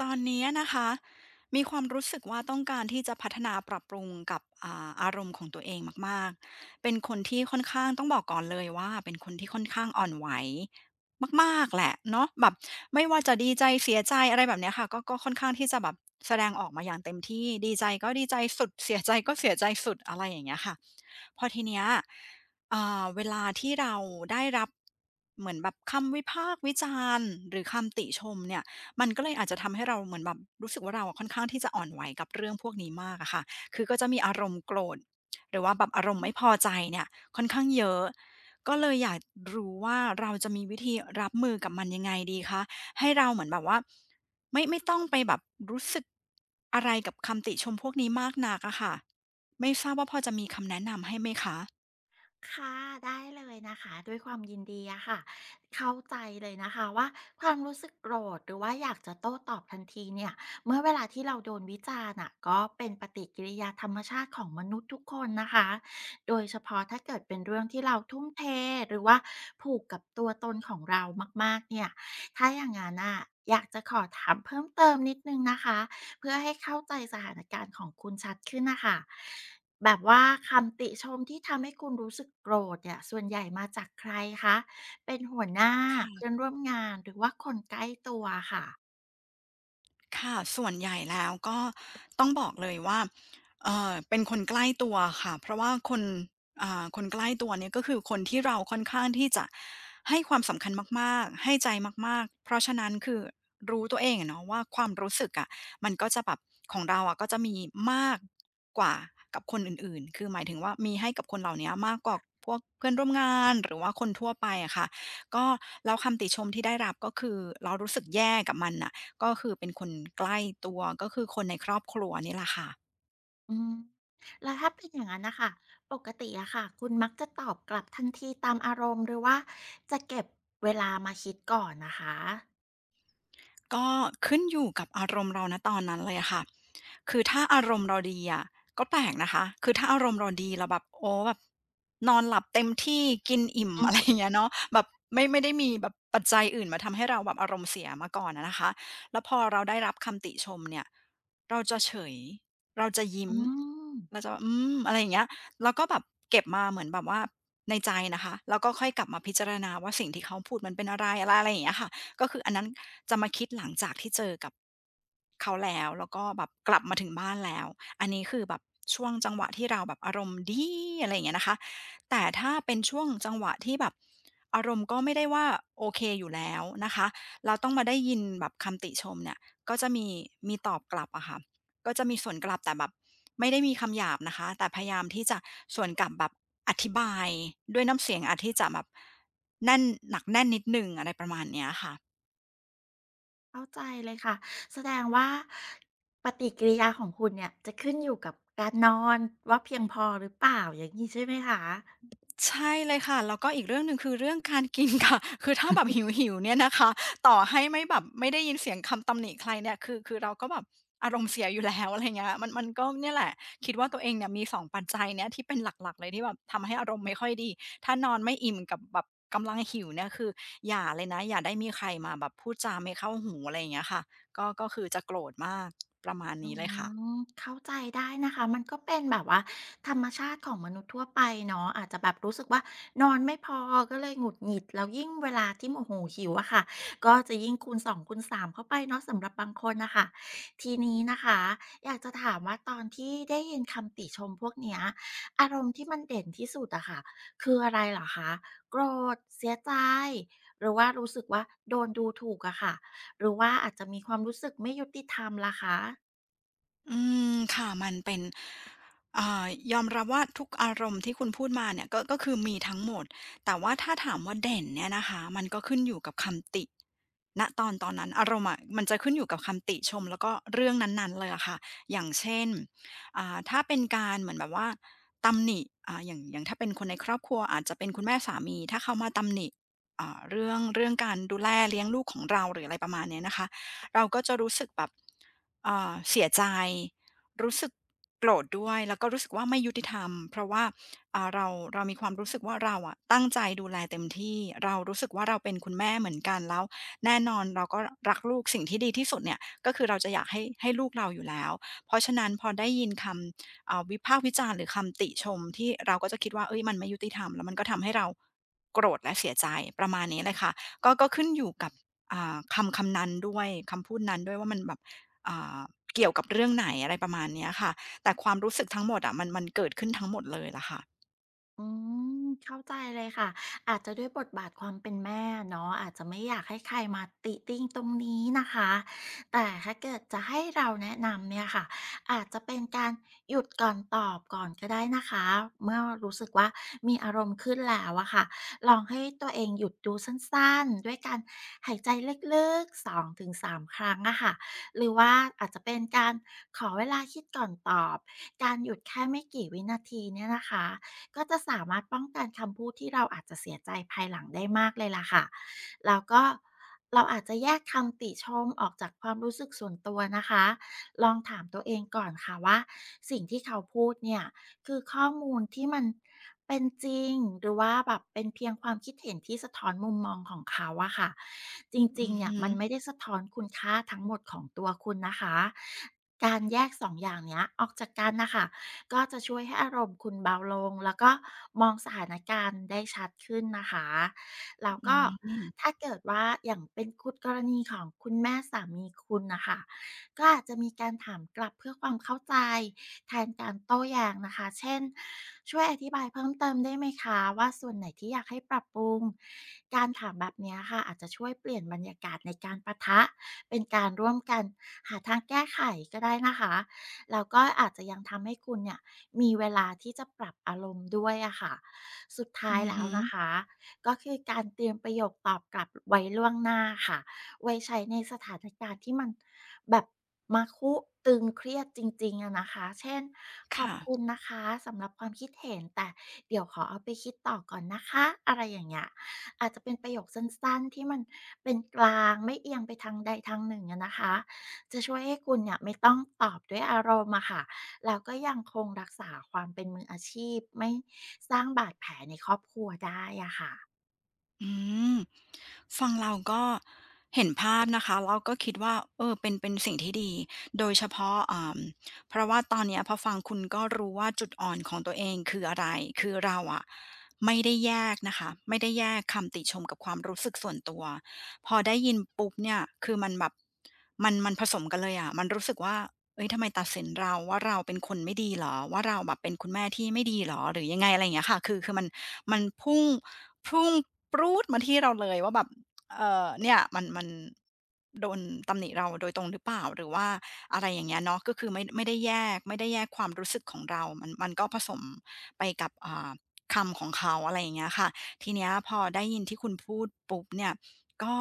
ตอนนี้นะคะมีความรู้สึกว่าต้องการที่จะพัฒนาปรับปรุงกับอารมณ์ของตัวเองมากๆเป็นคนที่ค่อนข้างต้องบอกก่อนเลยว่าเป็นคนที่ค่อนข้างอ่อนไหวมากๆแหละเนาะแบบไม่ว่าจะดีใจเสียใจอะไรแบบเนี้ยค่ะก็ค่อนข้างที่จะแบบแสดงออกมาอย่างเต็มที่ดีใจก็ดีใจสุดเสียใจก็เสียใจสุดอะไรอย่างเงี้ยค่ะพอทีเนี้ยเวลาที่เราได้รับเหมือนแบบคำวิพากษ์วิจารณ์หรือคำติชมเนี่ย มันก็เลยอาจจะทำให้เราเหมือนแบบรู้สึกว่าเราอะค่อนข้างที่จะอ่อนไหวกับเรื่องพวกนี้มากอะค่ะคือก็จะมีอารมณ์โกรธหรือว่าแบบอารมณ์ไม่พอใจเนี่ยค่อนข้างเยอะก็เลยอยากรู้ว่าเราจะมีวิธีรับมือกับมันยังไงดีคะให้เราเหมือนแบบว่าไม่ต้องไปแบบรู้สึกอะไรกับคำติชมพวกนี้มากนักอะค่ะไม่ทราบว่าพอจะมีคำแนะนำให้ไหมคะค่ะได้เลยนะคะด้วยความยินดีอะค่ะเข้าใจเลยนะคะว่าความรู้สึกโกรธหรือว่าอยากจะโต้ตอบทันทีเนี่ยเมื่อเวลาที่เราโดนวิจารณ์อะก็เป็นปฏิกิริยาธรรมชาติของมนุษย์ทุกคนนะคะโดยเฉพาะถ้าเกิดเป็นเรื่องที่เราทุ่มเทหรือว่าผูกกับตัวตนของเรามากๆเนี่ยถ้าอย่างงั้นน่ะอยากจะขอถามเพิ่มเติมนิดหนึ่งนะคะ เพื่อให้เข้าใจสถานการณ์ของคุณชัดขึ้นนะคะแบบว่าคำติชมที่ทำให้คุณรู้สึกโกรธเนี่ยส่วนใหญ่มาจากใครคะเป็นหัวหน้าเพื่อค่ะ นร่วมงานหรือว่าคนใกล้ตัวค่ะค่ะส่วนใหญ่แล้วก็ต้องบอกเลยว่าเป็นคนใกล้ตัวค่ะเพราะว่าคนคนใกล้ตัวเนี่ยก็คือคนที่เราค่อนข้างที่จะให้ความสำคัญมากๆให้ใจมากๆเพราะฉะนั้นคือรู้ตัวเองอะเนาะว่าความรู้สึกอะมันก็จะแบบของเราอะก็จะมีมากกว่ากับคนอื่นๆคือหมายถึงว่ามีให้กับคนเหล่าเนี้ยมากกว่าพวกเพื่อนร่วมงานหรือว่าคนทั่วไปอะค่ะก็แล้วคำติชมที่ได้รับก็คือเรารู้สึกแย่กับมันน่ะ ก็คือเป็นคนใกล้ตัวก็คือคนในครอบครัวนี่แหละค่ะ อืมแล้วถ้าเป็นอย่างนั้นนะคะปกติอะค่ะคุณมักจะตอบกลับทันทีตามอารมณ์หรือว่าจะเก็บเวลามาคิดก่อนนะคะก็ขึ้นอยู่กับอารมณ์เรานะตอนนั้นเลยอะค่ะคือถ้าอารมณ์เราดีอะก็แปลกนะคะ คือถ้าอารมณ์เราดีเราแบบโอ้แบบนอนหลับเต็มที่กินอิ่มอือะไรอมย่างเงี้ยเนาะแบบไม่ได้มีแบบปัจจัยอื่นมาทำให้เราแบบอารมณ์เสียมาก่อนอะนะคะแล้วพอเราได้รับคำติชมเนี่ยเราจะเฉยเราจะยิ้อืมเราม จะอืมอะไรอย่างเงี้ยแล้วก็แบบเก็บมาเหมือนแบบว่าในใจนะคะแล้วก็ค่อยกลับมาพิจารณาว่าสิ่งที่เขาพูดมันเป็นอะไรอะไรอะไรอย่างเงี้ยค่ะ ก็คืออันนั้นจะมาคิดหลังจากที่เจอกับเขาแล้วแล้วก็แบบกลับมาถึงบ้านแล้วอันนี้คือแบบช่วงจังหวะที่เราแบบอารมณ์ดีอะไรอย่างเงี้ยนะคะแต่ถ้าเป็นช่วงจังหวะที่แบบอารมณ์ก็ไม่ได้ว่าโอเคอยู่แล้วนะคะเราต้องมาได้ยินแบบคำติชมเนี่ยก็จะมีตอบกลับอะค่ะก็จะมีสวนกลับแต่แบบไม่ได้มีคำหยาบนะคะแต่พยายามที่จะสวนกลับแบบอธิบายด้วยน้ำเสียงอาจที่จะแบบแน่นหนักแน่นนิดหนึ่งอะไรประมาณเนี้ยค่ะ เข้าใจเลยค่ะแสดงว่าปฏิกิริยาของคุณเนี่ยจะขึ้นอยู่กับการนอนว่าเพียงพอหรือเปล่าอย่างนี้ใช่ไหมคะ ใช่เลยค่ะแล้วก็อีกเรื่องหนึ่งคือเรื่องการกินค่ะ คือถ้าแบบหิวหิวเนี่ยนะคะต่อให้ไม่แบบไม่ได้ยินเสียงคำตำหนิใครเนี่ยคือเราก็แบบอารมณ์เสียอยู่แล้ว อะไรเงี้ยมันก็เนี่ยแหละคิดว่าตัวเองเนี่ยมีสองปัจจัยเนี่ยที่เป็นหลักๆเลยที่แบบทำให้อารมณ์ไม่ค่อยดีถ้านอนไม่อิ่มกับแบบกำลังหิวเนี่ยคืออย่าเลยนะอย่าได้มีใครมาแบบพูดจาไม่เข้าหูอะไรอย่างเงี้ยค่ะก็คือจะโกรธมากประมาณอืนี้เลยค่ะ มเข้าใจได้นะคะมันก็เป็นแบบว่าธรรมชาติของมนุษย์ทั่วไปเนาะอาจจะแบบรู้สึกว่านอนไม่พอก็เลยหงุดหงิดแล้วยิ่งเวลาที่โมโหหิวอะค่ะก็จะยิ่งคูณ2คูณ3เข้าไปเนาะสำหรับบางคนนะคะทีนี้นะคะอยากจะถามว่าตอนที่ได้ยินคำติชมพวกเนี้ยอารมณ์ที่มันเด่นที่สุดอะค่ะคืออะไรเหรอคะโกรธเสียใจหรือว่ารู้สึกว่าโดนดูถูกอะค่ะหรือว่าอาจจะมีความรู้สึกไม่ยุติธรรมล่ะคะ อืมค่ะมันเป็นอ่ายอมรับว่าทุกอารมณ์ที่คุณพูดมาเนี่ยก็คือมีทั้งหมดแต่ว่าถ้าถามว่าเด่นเนี่ยนะคะมันก็ขึ้นอยู่กับคำติณตอนนั้นอารมณ์อะมันจะขึ้นอยู่กับคำติชมแล้วก็เรื่องนั้นๆเลยอะค่ะอย่างเช่นถ้าเป็นการเหมือนแบบว่าตำหนิอย่างถ้าเป็นคนในครอบครัวอาจจะเป็นคุณแม่สามีถ้าเขามาตำหนิเรื่องการดูแลเลี้ยงลูกของเราหรืออะไรประมาณเนี้ยนะคะเราก็จะรู้สึกแบบ เสียใจรู้สึกโกรธด้วยแล้วก็รู้สึกว่าไม่ยุติธรรมเพราะว่าอ่าเราเรามีความรู้สึกว่าเราอะตั้งใจดูแลเต็มที่เรารู้สึกว่าเราเป็นคุณแม่เหมือนกันแล้วแน่นอนเราก็รักลูกสิ่งที่ดีที่สุดเนี่ยก็คือเราจะอยากให้ลูกเราอยู่แล้วเพราะฉะนั้นพอได้ยินคำวิพากษ์วิจารณ์หรือคำติชมที่เราก็จะคิดว่าเฮ้ยมันไม่ยุติธรรมแล้วมันก็ทำให้เราโกรธและเสียใจประมาณนี้เลยค่ะก็ขึ้นอยู่กับคำนั้นด้วยคำพูดนั้นด้วยว่ามันแบบ อ่าเกี่ยวกับเรื่องไหนอะไรประมาณเนี้ยค่ะแต่ความรู้สึกทั้งหมดอะมันเกิดขึ้นทั้งหมดเลยล่ะค่ะอืมเข้าใจเลยค่ะอาจจะด้วยบทบาทความเป็นแม่เนาะอาจจะไม่อยากให้ใครมาติติงตรงนี้นะคะแต่ถ้าเกิดจะให้เราแนะนำเนี่ยค่ะอาจจะเป็นการหยุดก่อนตอบก่อนก็ได้นะคะเมื่อรู้สึกว่ามีอารมณ์ขึ้นแล้วอะค่ะลองให้ตัวเองหยุดดูสั้นๆด้วยการหายใจลึกๆ2ถึง3ครั้งอะค่ะหรือว่าอาจจะเป็นการขอเวลาคิดก่อนตอบการหยุดแค่ไม่กี่วินาทีเนี่ยนะคะ ก็จะสามารถป้องกันคำพูดที่เราอาจจะเสียใจภายหลังได้มากเลยล่ะค่ะแล้วก็เราอาจจะแยกคำติชมออกจากความรู้สึกส่วนตัวนะคะ ลองถามตัวเองก่อนค่ะว่าสิ่งที่เขาพูดเนี่ยคือข้อมูลที่มันเป็นจริงหรือว่าแบบเป็นเพียงความคิดเห็นที่สะท้อนมุมมองของเขาอะค่ะ จริอืงๆอเนี่ยฮึมันไม่ได้สะท้อนคุณค่าทั้งหมดของตัวคุณนะคะการแยกสองอย่างเนี้ยออกจากกันนะคะ ก็จะช่วยให้อารมณ์คุณเบาลงแล้วก็มองสถานการณ์ได้ชัดขึ้นนะคะแล้วอืก็มอถ้าเกิดว่าอย่างเป็นคุณกรณีของคุณแม่สามีคุณนะคะก็อาจจะมีการถามกลับเพื่อความเข้าใจแทนการโต้แย้งนะคะเช่นช่วยอธิบายเพิ่มเติมได้ไหมคะว่าส่วนไหนที่อยากให้ปรับปรุงการถามแบบเนี้ยค่ะอาจจะช่วยเปลี่ยนบรรยากาศในการปะทะเป็นการร่วมกันหาทางแก้ไขก็ได้นะคะ แล้วก็อาจจะยังทำให้คุณเนี่ยมีเวลาที่จะปรับอารมณ์ด้วยอะค่ะสุดท้ายือแล้วฮึนะคะก็คือการเตรียมประโยคตอบกลับไว้ล่วงหน้าค่ะไว้ใช้ในสถานการณ์ที่มันแบบมาคุตึงเครียดจริงๆอะนะคะเช่นขอบค่ะ คุณนะคะสำหรับความคิดเห็นแต่เดี๋ยวขอเอาไปคิดต่อก่อนนะคะอะไรอย่างเงี้ยอาจจะเป็นประโยคสั้นๆที่มันเป็นกลางไม่เอียงไปทางใดทางหนึ่งอะนะคะ จะช่วยให้คุณเนี่ยไม่ต้องตอบด้วยอารมณ์อะค่ะ แล้วก็ยังคงรักษาความเป็นมืออาชีพไม่สร้างบาดแผลในครอบครัวได้อะค่ะ อืมฟังเราก็เห็นภาพนะคะแล้วก็คิดว่าเออเป็นสิ่งที่ดีโดยเฉพาะเพราะว่าตอนเนี้ยพอฟังคุณก็รู้ว่าจุดอ่อนของตัวเองคืออะไรคือเราอะไม่ได้แยกนะคะไม่ได้แยกคำติชมกับความรู้สึกส่วนตัวพอได้ยินปุ๊บเนี่ยคือมันแบบมันผสมกันเลยอะมันรู้สึกว่าเฮ้ยทำไมตัดสินเราว่าเราเป็นคนไม่ดีเหรอว่าเราแบบเป็นคุณแม่ที่ไม่ดีเหรอหรือยังไงอะไรอย่างเงี้ยค่ะคือมันมันพุ่ง พุ่งปรู๊ดมาที่เราเลยว่าแบบเนี่ยมันโดนตำหนิเราโดยตรงหรือเปล่าหรือว่าอะไรอย่างเงี้ยเนาะก็คือไม่ได้แยกไม่ได้แยกความรู้สึกของเรามันก็ผสมไปกับคำของเขาอะไรอย่างเงี้ยค่ะทีเนี้ยพอได้ยินที่คุณพูดปุ๊บเนี่ยก็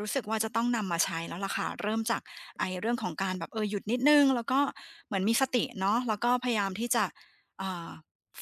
รู้สึกว่าจะต้องนำมาใช้แล้วล่ะค่ะเริ่มจากไอ้เรื่องของการแบบเออหยุดนิดหนึ่งแล้วก็เหมือนมีสติเนาะแล้วก็พยายามที่จะอ่า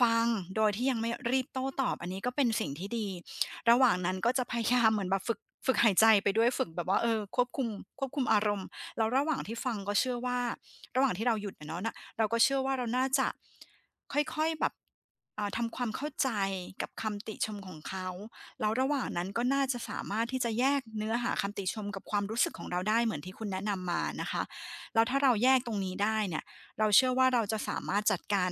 ฟังโดยที่ยังไม่รีบโต้ตอบอันนี้ก็เป็นสิ่งที่ดีระหว่างนั้นก็จะพยายาม เหมือนแบบฝึกหายใจไปด้วยฝึกแบบว่าเออควบคุมอารมณ์แล้วระหว่างที่ฟังก็เชื่อว่าระหว่างที่เราหยุดอะเนาะน่ะเราก็เชื่อว่าเราน่าจะค่อยๆแบบทำความเข้าใจกับคำติชมของเขาแล้วระหว่างนั้นก็น่าจะสามารถที่จะแยกเนื้อหาคำติชมกับความรู้สึกของเราได้เหมือนที่คุณแนะนำมานะคะแล้วถ้าเราแยกตรงนี้ได้เนี่ยเราเชื่อว่าเราจะสามารถจัดการ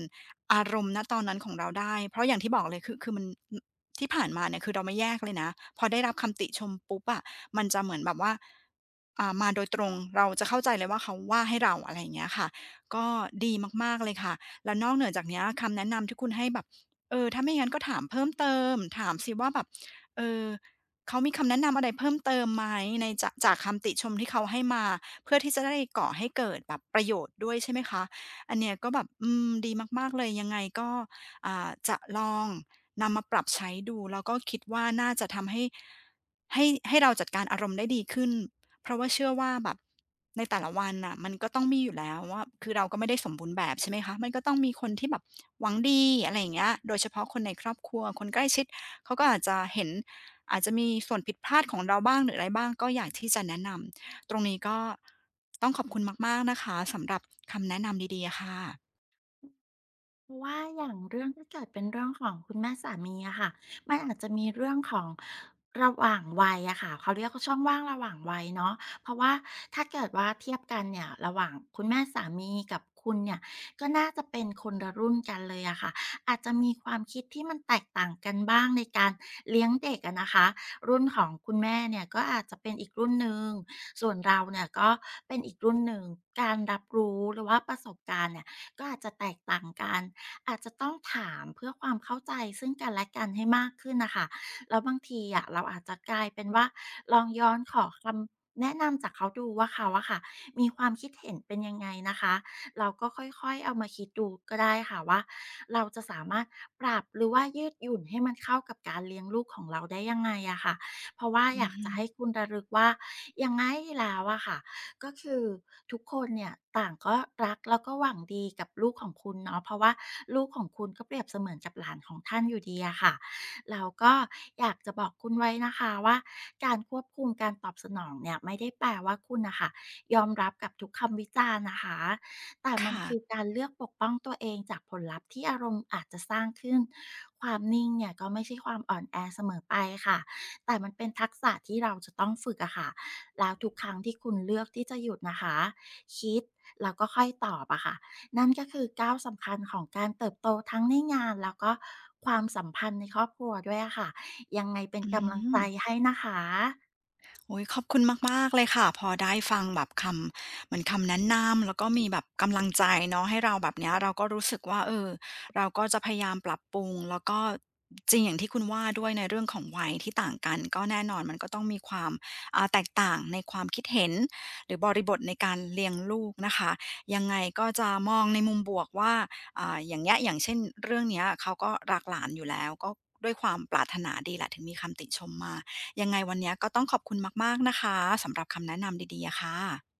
อารมณ์ณตอนนั้นของเราได้เพราะอย่างที่บอกเลยคือมันอที่ผ่านมาเนี่ยคือเราไม่แยกเลยนะพอได้รับคำติชมปุ๊บอะมันจะเหมือนแบบว่ามาโดยตรงเราจะเข้าใจเลยว่าเขาว่าให้เราอะไรอย่างเงี้ยค่ะก็ดีมากๆเลยค่ะแล้วนอกเหนือจากเนี้ยคำแนะนำที่คุณให้แบบเออถ้าไม่งั้นก็ถามเพิ่มเติมถามสิว่าแบบเออเขามีคำแนะนำอะไรเพิ่มเติมไหมในจากคำติชมที่เขาให้มาเพื่อที่จะได้ก่อให้เกิดแบบประโยชน์ด้วยใช่ไหมคะ อันเนี้ยก็แบบอืมดีมากๆเลยยังไงก็จะลองนำมาปรับใช้ดูแล้วก็คิดว่าน่าจะทำให้ให้เราจัดการอารมณ์ได้ดีขึ้นเพราะว่าเชื่อว่าแบบในแต่ละวันน่ะมันก็ต้องมีอยู่แล้วว่าคือเราก็ไม่ได้สมบูรณ์แบบใช่ไหมคะมันก็ต้องมีคนที่แบบหวังดีอะไรอย่างเงี้ยโดยเฉพาะคนในครอบครัวคนใกล้ชิดเขาก็อาจจะเห็นอาจจะมีส่วนผิดพลาดของเราบ้างหรืออะไรบ้างก็อยากที่จะแนะนำ ตรงนี้ก็ต้องขอบคุณมากๆนะคะสำหรับคำแนะนำดีๆอะค่ะเพราะว่าอย่างเรื่องถ้าเกิดเป็นเรื่องของคุณแม่สามีอะค่ะมันอาจจะมีเรื่องของระหว่างวัยอะค่ะเขาเรียกว่าช่องว่างระหว่างวัยเนาะเพราะว่าถ้าเกิดว่าเทียบกันเนี่ยระหว่างคุณแม่สามีกับคุณเนี่ยก็น่าจะเป็นคนละรุ่นกันเลยอะค่ะอาจจะมีความคิดที่มันแตกต่างกันบ้างในการเลี้ยงเด็กอะนะคะรุ่นของคุณแม่เนี่ยก็อาจจะเป็นอีกรุ่นหนึ่งส่วนเราเนี่ยก็เป็นอีกรุ่นหนึ่งการรับรู้หรือว่าประสบการณ์เนี่ย ก็อาจจะแตกต่างกัน อาจจะต้องถามเพื่อความเข้าใจซึ่งกันและกันให้มากขึ้นนะคะแล้วบางทีอะเราอาจจะกลายเป็นว่าลองย้อนขอคำแนะนำจากเขาดูว่าเขาอะค่ะมีความคิดเห็นเป็นยังไงนะคะเราก็ค่อยๆเอามาคิดดูก็ได้ค่ะว่าเราจะสามารถปรับหรือว่ายืดหยุ่นให้มันเข้ากับการเลี้ยงลูกของเราได้ยังไงอะค่ะเพราะว่าออืยาอกฮึจะให้คุณระลึกว่ายังไงแล้วอะค่ะ ก็คือทุกคนเนี่ยต่างก็รักแล้วก็หวังดีกับลูกของคุณเนาะเพราะว่าลูกของคุณก็เปรียบเสมือนกับหลานของท่านอยู่ดีอะค่ะแล้วก็อยากจะบอกคุณไว้นะคะว่าการควบคุมการตอบสนองเนี่ยไม่ได้แปลว่าคุณน่ะค่ะยอมรับกับทุกคำวิจารณ์นะคะแต่มันค่ะคือการเลือกปกป้องตัวเองจากผลลัพธ์ที่อารมณ์อาจจะสร้างขึ้นความนิ่งเนี่ยก็ไม่ใช่ความอ่อนแอเสมอไปค่ะแต่มันเป็นทักษะที่เราจะต้องฝึกอะค่ะ แล้วทุกครั้งที่คุณเลือกที่จะหยุดนะคะคิดแล้วก็ค่อยตอบอะค่ะนั่นก็คือก้าวสำคัญของการเติบโตทั้งในงานแล้วก็ความสัมพันธ์ในครอบครัวด้วยอะค่ะยังไงเป็นอืกำลังใจม ให้นะคะโอ้ยขอบคุณมากๆเลยค่ะพอได้ฟังแบบคำเหมือนคำแนะนำแล้วก็มีแบบกำลังใจเนาะให้เราแบบเนี้ยเราก็รู้สึกว่าเออเราก็จะพยายามปรับปรุงแล้วก็จริงอย่างที่คุณว่าด้วยในเรื่องของวัยที่ต่างกันก็แน่นอนมันก็ต้องมีความแตกต่างในความคิดเห็นหรือบริบทในการเลี้ยงลูกนะคะยังไงก็จะมองในมุมบวกว่าอย่างเงี้ยอย่างเช่นเรื่องเนี้ยเขาก็รักหลานอยู่แล้วก็ด้วยความปรารถนาดีแหละถึงมีคำติชมมา ยังไงวันนี้ก็ต้องขอบคุณมากๆนะคะสำหรับคำแนะนำดีๆอะค่ะ